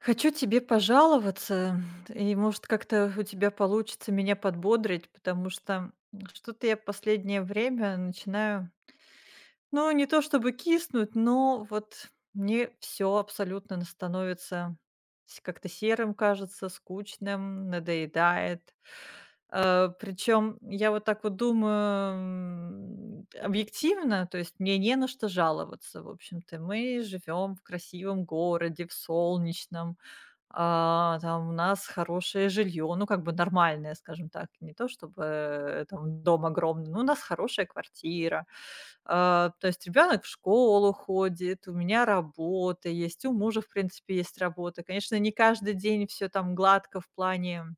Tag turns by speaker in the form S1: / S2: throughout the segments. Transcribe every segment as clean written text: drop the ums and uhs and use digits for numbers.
S1: Хочу тебе пожаловаться, и, может, как-то у тебя получится меня подбодрить, потому что что-то я последнее время начинаю, ну, не то чтобы киснуть, но вот мне все абсолютно становится как-то серым, кажется, скучным, надоедает. Причем я вот так вот думаю объективно, то есть мне не на что жаловаться, в общем-то. Мы живем в красивом городе, в солнечном, там у нас хорошее жилье, ну, как бы нормальное, скажем так. Не то чтобы, там дом огромный, но у нас хорошая квартира. То есть ребенок в школу ходит, у меня работа есть, у мужа, в принципе, есть работа. Конечно, не каждый день все там гладко в плане,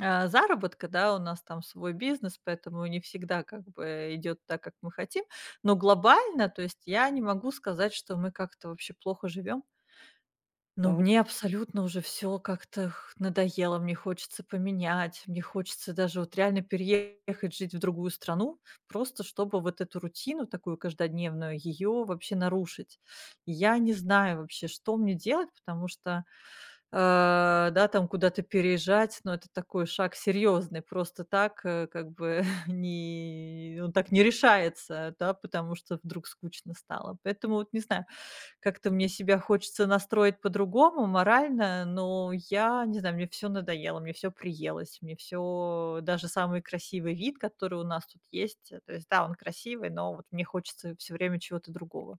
S1: заработка, да, у нас там свой бизнес, поэтому не всегда как бы идет так, как мы хотим. Но глобально, то есть я не могу сказать, что мы как-то вообще плохо живем. Но
S2: Так,
S1: мне абсолютно уже все как-то х надоело, мне хочется поменять, мне хочется даже вот реально переехать жить в другую страну, просто чтобы вот эту рутину такую каждодневную, ее вообще нарушить. И я не знаю вообще, что мне делать, потому что, да, там куда-то переезжать, но это такой шаг серьезный, просто так, как бы не он так не решается, да, потому что вдруг скучно стало. Поэтому вот не знаю, как-то мне себя хочется настроить по-другому морально, но я не знаю, мне все надоело, мне все приелось, мне все. Даже самый красивый вид, который у нас тут есть, то есть, да, он красивый, но вот мне хочется все время чего-то другого.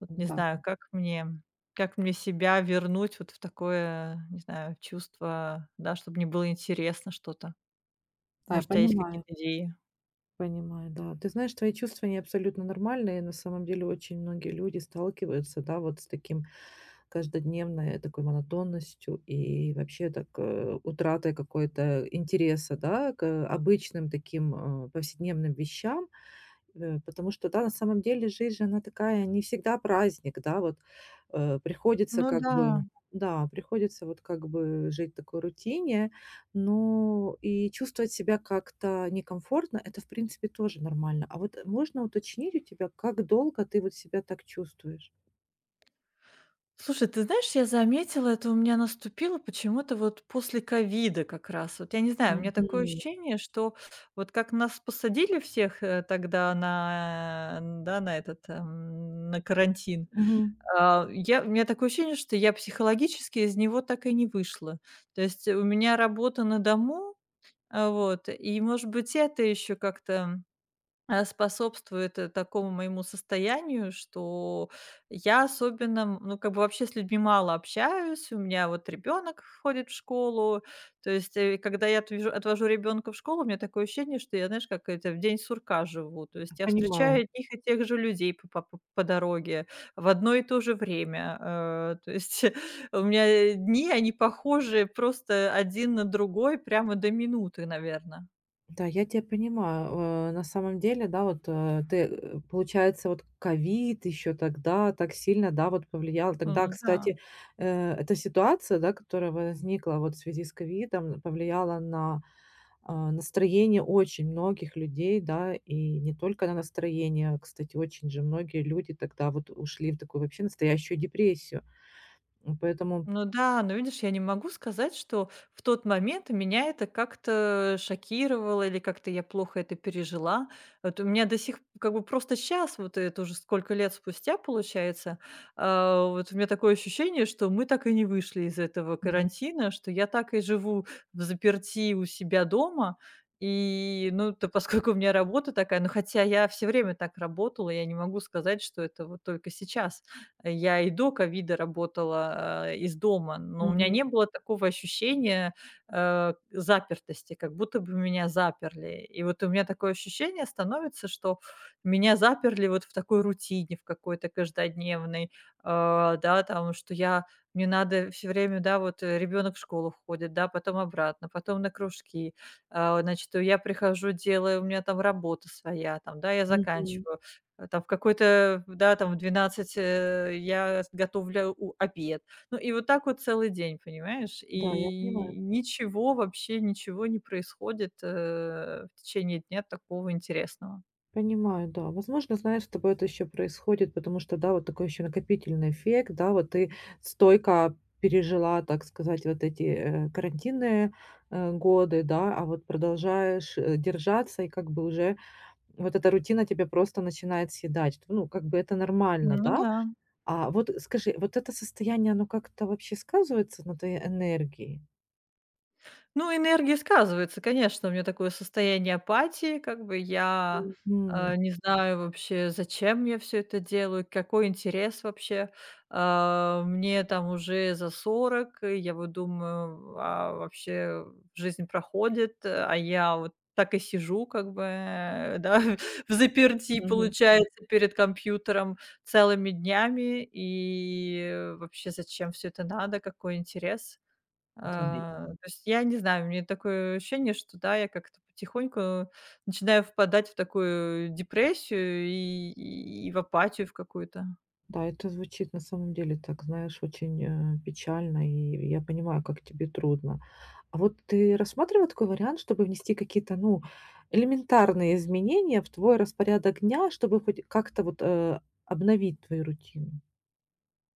S1: Вот не
S2: да.
S1: знаю, как мне себя вернуть вот в такое, не знаю, чувство, да, чтобы мне было интересно что-то.
S2: Да, я
S1: Может, у тебя есть какие-то
S2: понимаю,
S1: идеи?
S2: понимаю, да. Ты знаешь, твои чувства, они абсолютно нормальные. На самом деле очень многие люди сталкиваются, да, вот с таким каждодневной такой монотонностью и вообще так утратой какой-то интереса, да, к обычным таким повседневным вещам. Э, потому что, да, на самом деле жизнь же, она такая, не всегда праздник, да, вот, приходится
S1: Ну
S2: как
S1: да.
S2: бы да, приходится вот как бы жить в такой рутине, но и чувствовать себя как-то некомфортно- это, в принципе, тоже нормально. А вот можно уточнить у тебя, как долго ты вот себя так чувствуешь?
S1: Слушай, ты знаешь, я заметила, это у меня наступило почему-то вот после ковида как раз. Вот я не знаю, у меня такое
S2: Мгм.
S1: ощущение, что вот как нас посадили всех тогда да, на этот, на карантин,
S2: Мгм.
S1: у меня такое ощущение, что я психологически из него так и не вышла. То есть у меня работа на дому, вот, и, может быть, это еще как-то способствует, такому моему состоянию, что я особенно, ну, как бы вообще с людьми мало общаюсь. У меня вот ребенок ходит в школу. То есть, когда я отвежу отвожу ребенка в школу, у меня такое ощущение, что я, знаешь, как это, в день сурка живу. То есть я встречаю
S2: Понимаю.
S1: одних и тех же людей по дороге в одно и то же время. То есть у меня, дни, они похожи просто один на другой прямо до минуты, наверное.
S2: Да, я тебя понимаю. Э, на самом деле, да, вот, ты, получается, вот ковид еще тогда так сильно, да, вот повлиял. Тогда, кстати, эта ситуация, да, которая возникла вот в связи с ковидом, повлияла на, а, настроение очень многих людей, да, и не только на настроение. Кстати, очень же многие люди тогда вот ушли в такую вообще настоящую депрессию. М, поэтому
S1: Ну да, но видишь, я не могу сказать, что в тот момент меня это как-то шокировало или как-то я плохо это пережила. Вот у меня до сих как бы просто сейчас вот это уже сколько лет спустя получается, вот у меня такое ощущение, что мы так и не вышли из этого
S2: Мгм,
S1: карантина, что я так и живу в заперти у себя дома. И, ну, то поскольку у меня работа такая, ну, хотя я все время так работала, я не могу сказать, что это вот только сейчас. Я и до ковида работала, из дома, но у меня
S2: мгм,
S1: не было такого ощущения, запертости, как будто бы меня заперли. И вот у меня такое ощущение становится, что меня заперли вот в такой рутине, в какой-то каждодневной, да, там, что я мне надо все время, да, вот, ребенок в школу ходит, да, потом обратно, потом на кружки. Значит, я прихожу, делаю, у меня там работа своя, там, да, я
S2: мгм.
S1: заканчиваю. Там в какой-то, да, там в 12 я с готовлю у обед. Ну и вот так вот целый день, понимаешь?
S2: Да, я понимаю.
S1: И ничего, вообще ничего не происходит, в течение дня такого интересного.
S2: Понимаю, да. Возможно, знаешь, с тобой это еще происходит, потому что, да, вот такой еще накопительный эффект, да, вот ты стойко пережила, так сказать, вот эти карантинные годы, да, а вот продолжаешь держаться, и как бы уже вот эта рутина тебя просто начинает съедать. Ну, как бы это нормально,
S1: Ну
S2: да?
S1: да.
S2: А вот скажи, вот это состояние, оно как-то вообще сказывается на твоей энергии?
S1: Ну, энергия сказывается, конечно. У меня такое состояние апатии, как бы я,
S2: Мгм.
S1: не знаю вообще, зачем я все это делаю, какой интерес вообще. Мне там уже за 40, и я вот думаю, а вообще жизнь проходит, а я вот так и сижу как бы, да, взаперти,
S2: Мгм.
S1: получается, перед компьютером целыми днями. И вообще зачем все это надо, какой интерес?
S2: Да.
S1: То есть я не знаю, у меня такое ощущение, что да, я как-то потихоньку начинаю впадать в такую депрессию и в апатию в какую-то.
S2: Да, это звучит на самом деле так, знаешь, очень, печально, и я понимаю, как тебе трудно. А вот ты рассматривала такой вариант, чтобы внести какие-то, ну, элементарные изменения в твой распорядок дня, чтобы хоть как-то вот, обновить твою рутину?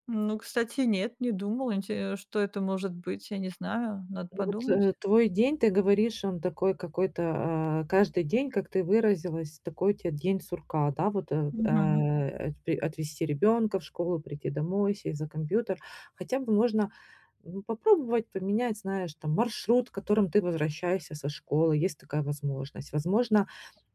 S1: Ну, кстати, нет, не думала, инте что это может быть, я не знаю, надо
S2: Ну вот,
S1: подумать.
S2: твой день, ты говоришь, он такой какой-то, каждый день, как ты выразилась, такой у тебя день сурка, да, вот,
S1: Мгм.
S2: отпри- отвезти ребенка в школу, прийти домой, сесть за компьютер. Хотя бы можно ну, попробовать поменять, знаешь, там маршрут, которым ты возвращаешься со школы, есть такая возможность. Возможно,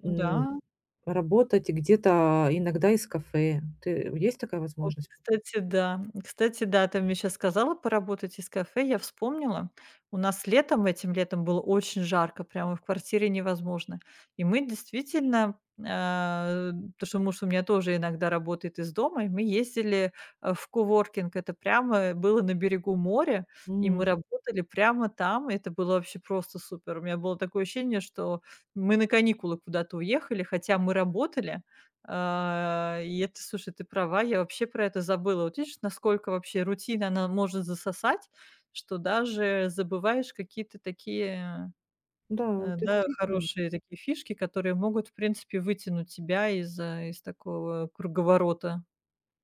S1: Ну
S2: м,
S1: да.
S2: работать где-то иногда из кафе. Ты, есть такая
S1: Вот,
S2: возможность?
S1: кстати, да. Кстати, да, ты мне сейчас сказала поработать из кафе, я вспомнила. У нас летом, этим летом было очень жарко, прямо в квартире невозможно. И мы действительно, а, потому что муж у меня тоже иногда работает из дома, и мы ездили, в коворкинг. Это прямо было на берегу моря, и мы
S2: М,
S1: работали прямо там. И это было вообще просто супер. У меня было такое ощущение, что мы на каникулы куда-то уехали, хотя мы работали, и это, слушай, ты права, я вообще про это забыла. Вот видишь, насколько вообще рутина, она может засосать, что даже забываешь какие-то такие,
S2: да, вот
S1: да,
S2: действительно.
S1: хорошие такие фишки, которые могут, в принципе, вытянуть тебя из такого круговорота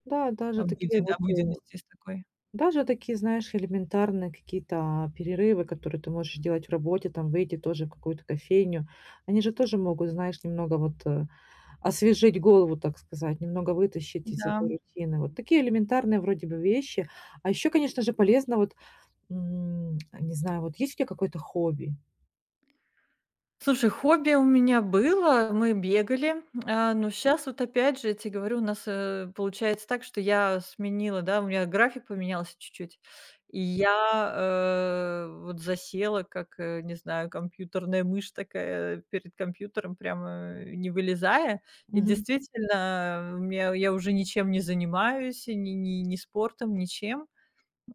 S2: Да, даже такие вот
S1: обыденности из такой.
S2: Даже такие, знаешь, элементарные какие-то перерывы, которые ты можешь делать в работе, там выйти тоже в какую-то кофейню. Они же тоже могут, знаешь, немного вот освежить голову, так сказать, немного вытащить из
S1: Да.
S2: этой рутины. Вот такие элементарные вроде бы вещи. А еще, конечно же, полезно вот, м, не знаю, вот есть у тебя какое-то хобби?
S1: Слушай, хобби у меня было, мы бегали, но сейчас вот опять же, я тебе говорю, у нас, получается так, что я сменила, да, у меня график поменялся чуть-чуть, и я, вот засела, как, не знаю, компьютерная мышь такая перед компьютером, прямо не вылезая. И
S2: Мгм.
S1: действительно, у меня я уже ничем не занимаюсь, и ни спортом, ничем.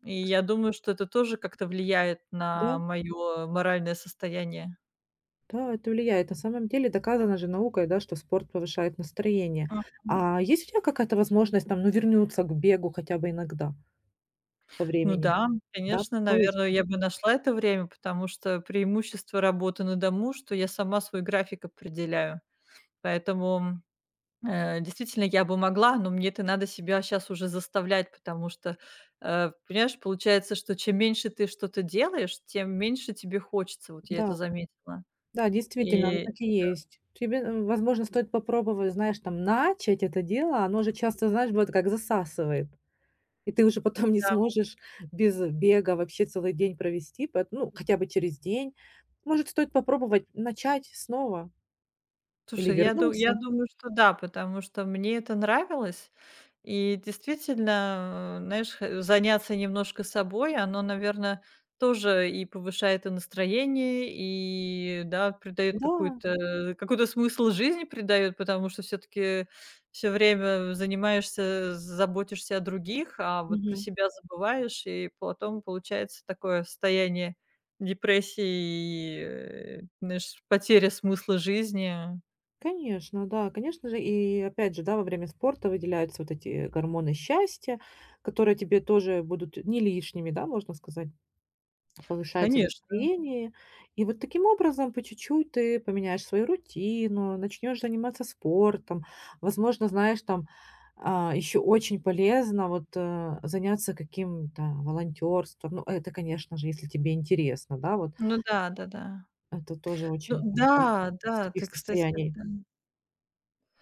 S1: И
S2: Кс-
S1: я думаю, что это тоже как-то влияет на
S2: Да?
S1: мое моральное состояние.
S2: Да, это влияет. На самом деле доказано же наукой, да, что спорт повышает настроение.
S1: Мгм.
S2: А есть у тебя какая-то возможность там, ну, вернуться к бегу хотя бы иногда по
S1: Ну
S2: времени?
S1: да,
S2: Да,
S1: конечно,
S2: повысит.
S1: наверное, я бы нашла это время, потому что преимущество работы на дому, что я сама свой график определяю. Поэтому, действительно, я бы могла, но мне это надо себя сейчас уже заставлять, потому что, понимаешь, получается, что чем меньше ты что-то делаешь, тем меньше тебе хочется. Вот я это
S2: Да,
S1: заметила.
S2: да, действительно, оно
S1: И
S2: так и есть. Тебе, м, возможно, стоит попробовать, знаешь, там, начать это дело. Оно же часто, знаешь, вот как засасывает. И ты уже потом не
S1: да.
S2: сможешь без бега вообще целый день провести, поэт ну, хотя бы через день. Может, стоит попробовать начать снова или
S1: Слушай, я
S2: вернуться.
S1: думаю, что да, потому что мне это нравилось. И действительно, знаешь, х заняться немножко собой, оно, наверное, тоже и повышает и настроение, и, да, придает
S2: Да,
S1: какой-то смысл жизни придает, потому что все таки все время занимаешься, заботишься о других, а вот про
S2: мгм.
S1: себя забываешь, и потом получается такое состояние депрессии и, знаешь, потеря смысла жизни.
S2: Конечно, да, конечно же. И опять же, да, во время спорта выделяются вот эти гормоны счастья, которые тебе тоже будут не лишними, да, можно сказать. Повышается
S1: Конечно.
S2: настроение. И вот таким образом по чуть-чуть ты поменяешь свою рутину, начнешь заниматься спортом. Возможно, знаешь, там еще очень полезно вот заняться каким-то волонтерством. Ну, это, конечно же, если тебе интересно, да, вот
S1: Ну да, да-да.
S2: это тоже
S1: Ну
S2: очень помогает
S1: да,
S2: из
S1: да,
S2: таких
S1: ты, кстати,
S2: состояний.
S1: да.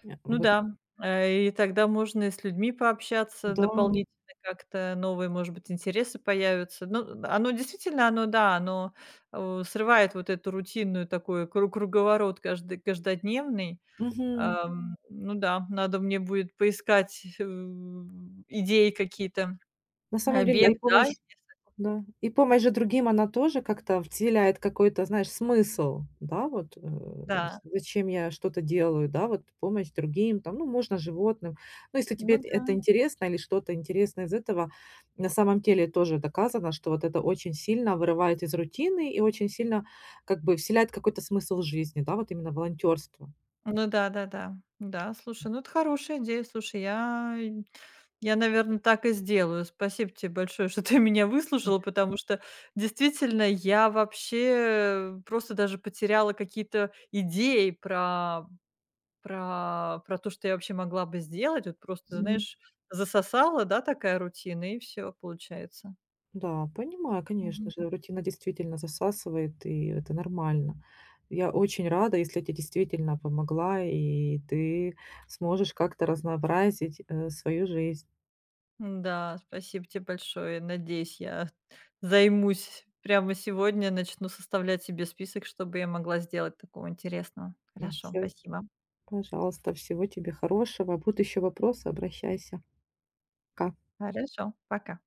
S1: Ну
S2: Вот,
S1: да, и тогда можно и с людьми пообщаться
S2: да.
S1: дополнительно как-то, новые, может быть, интересы появятся. Ну, оно действительно, оно, да, оно, срывает вот эту рутинную такой круговорот каждодневный.
S2: Мгм.
S1: Ну да, надо мне будет поискать, идеи какие-то.
S2: На
S1: Э,
S2: самом деле, да,
S1: бег,
S2: и
S1: да,
S2: помощь Да. И помощь же другим, она тоже как-то вселяет какой-то, знаешь, смысл, да, вот, э, з
S1: да.
S2: зачем я что-то делаю, да, вот помощь другим, там, ну, можно животным. Ну, если тебе
S1: Ну
S2: эт
S1: да.
S2: это интересно или что-то интересное из этого, на самом деле тоже доказано, что вот это очень сильно вырывает из рутины и очень сильно как бы вселяет какой-то смысл в жизни, да, вот именно волонтерство.
S1: Ну да-да-да. Да, да. Да, слушай, ну это хорошая идея. Слушай, я, наверное, так и сделаю. Спасибо тебе большое, что ты меня выслушала, потому что действительно я вообще просто даже потеряла какие-то идеи про то, что я вообще могла бы сделать. Вот просто, знаешь, засосала, да, такая рутина, и все получается.
S2: Да, понимаю, конечно
S1: Мгм.
S2: же, рутина действительно засасывает, и это нормально. Я очень рада, если я тебе действительно помогла, и ты сможешь как-то разнообразить, свою жизнь.
S1: Да, спасибо тебе большое. Надеюсь, я займусь прямо сегодня, начну составлять себе список, чтобы я могла сделать такого интересного.
S2: Да,
S1: Хорошо, спасибо.
S2: пожалуйста, всего тебе хорошего. Будут еще вопросы, обращайся. Пока.
S1: Хорошо, пока.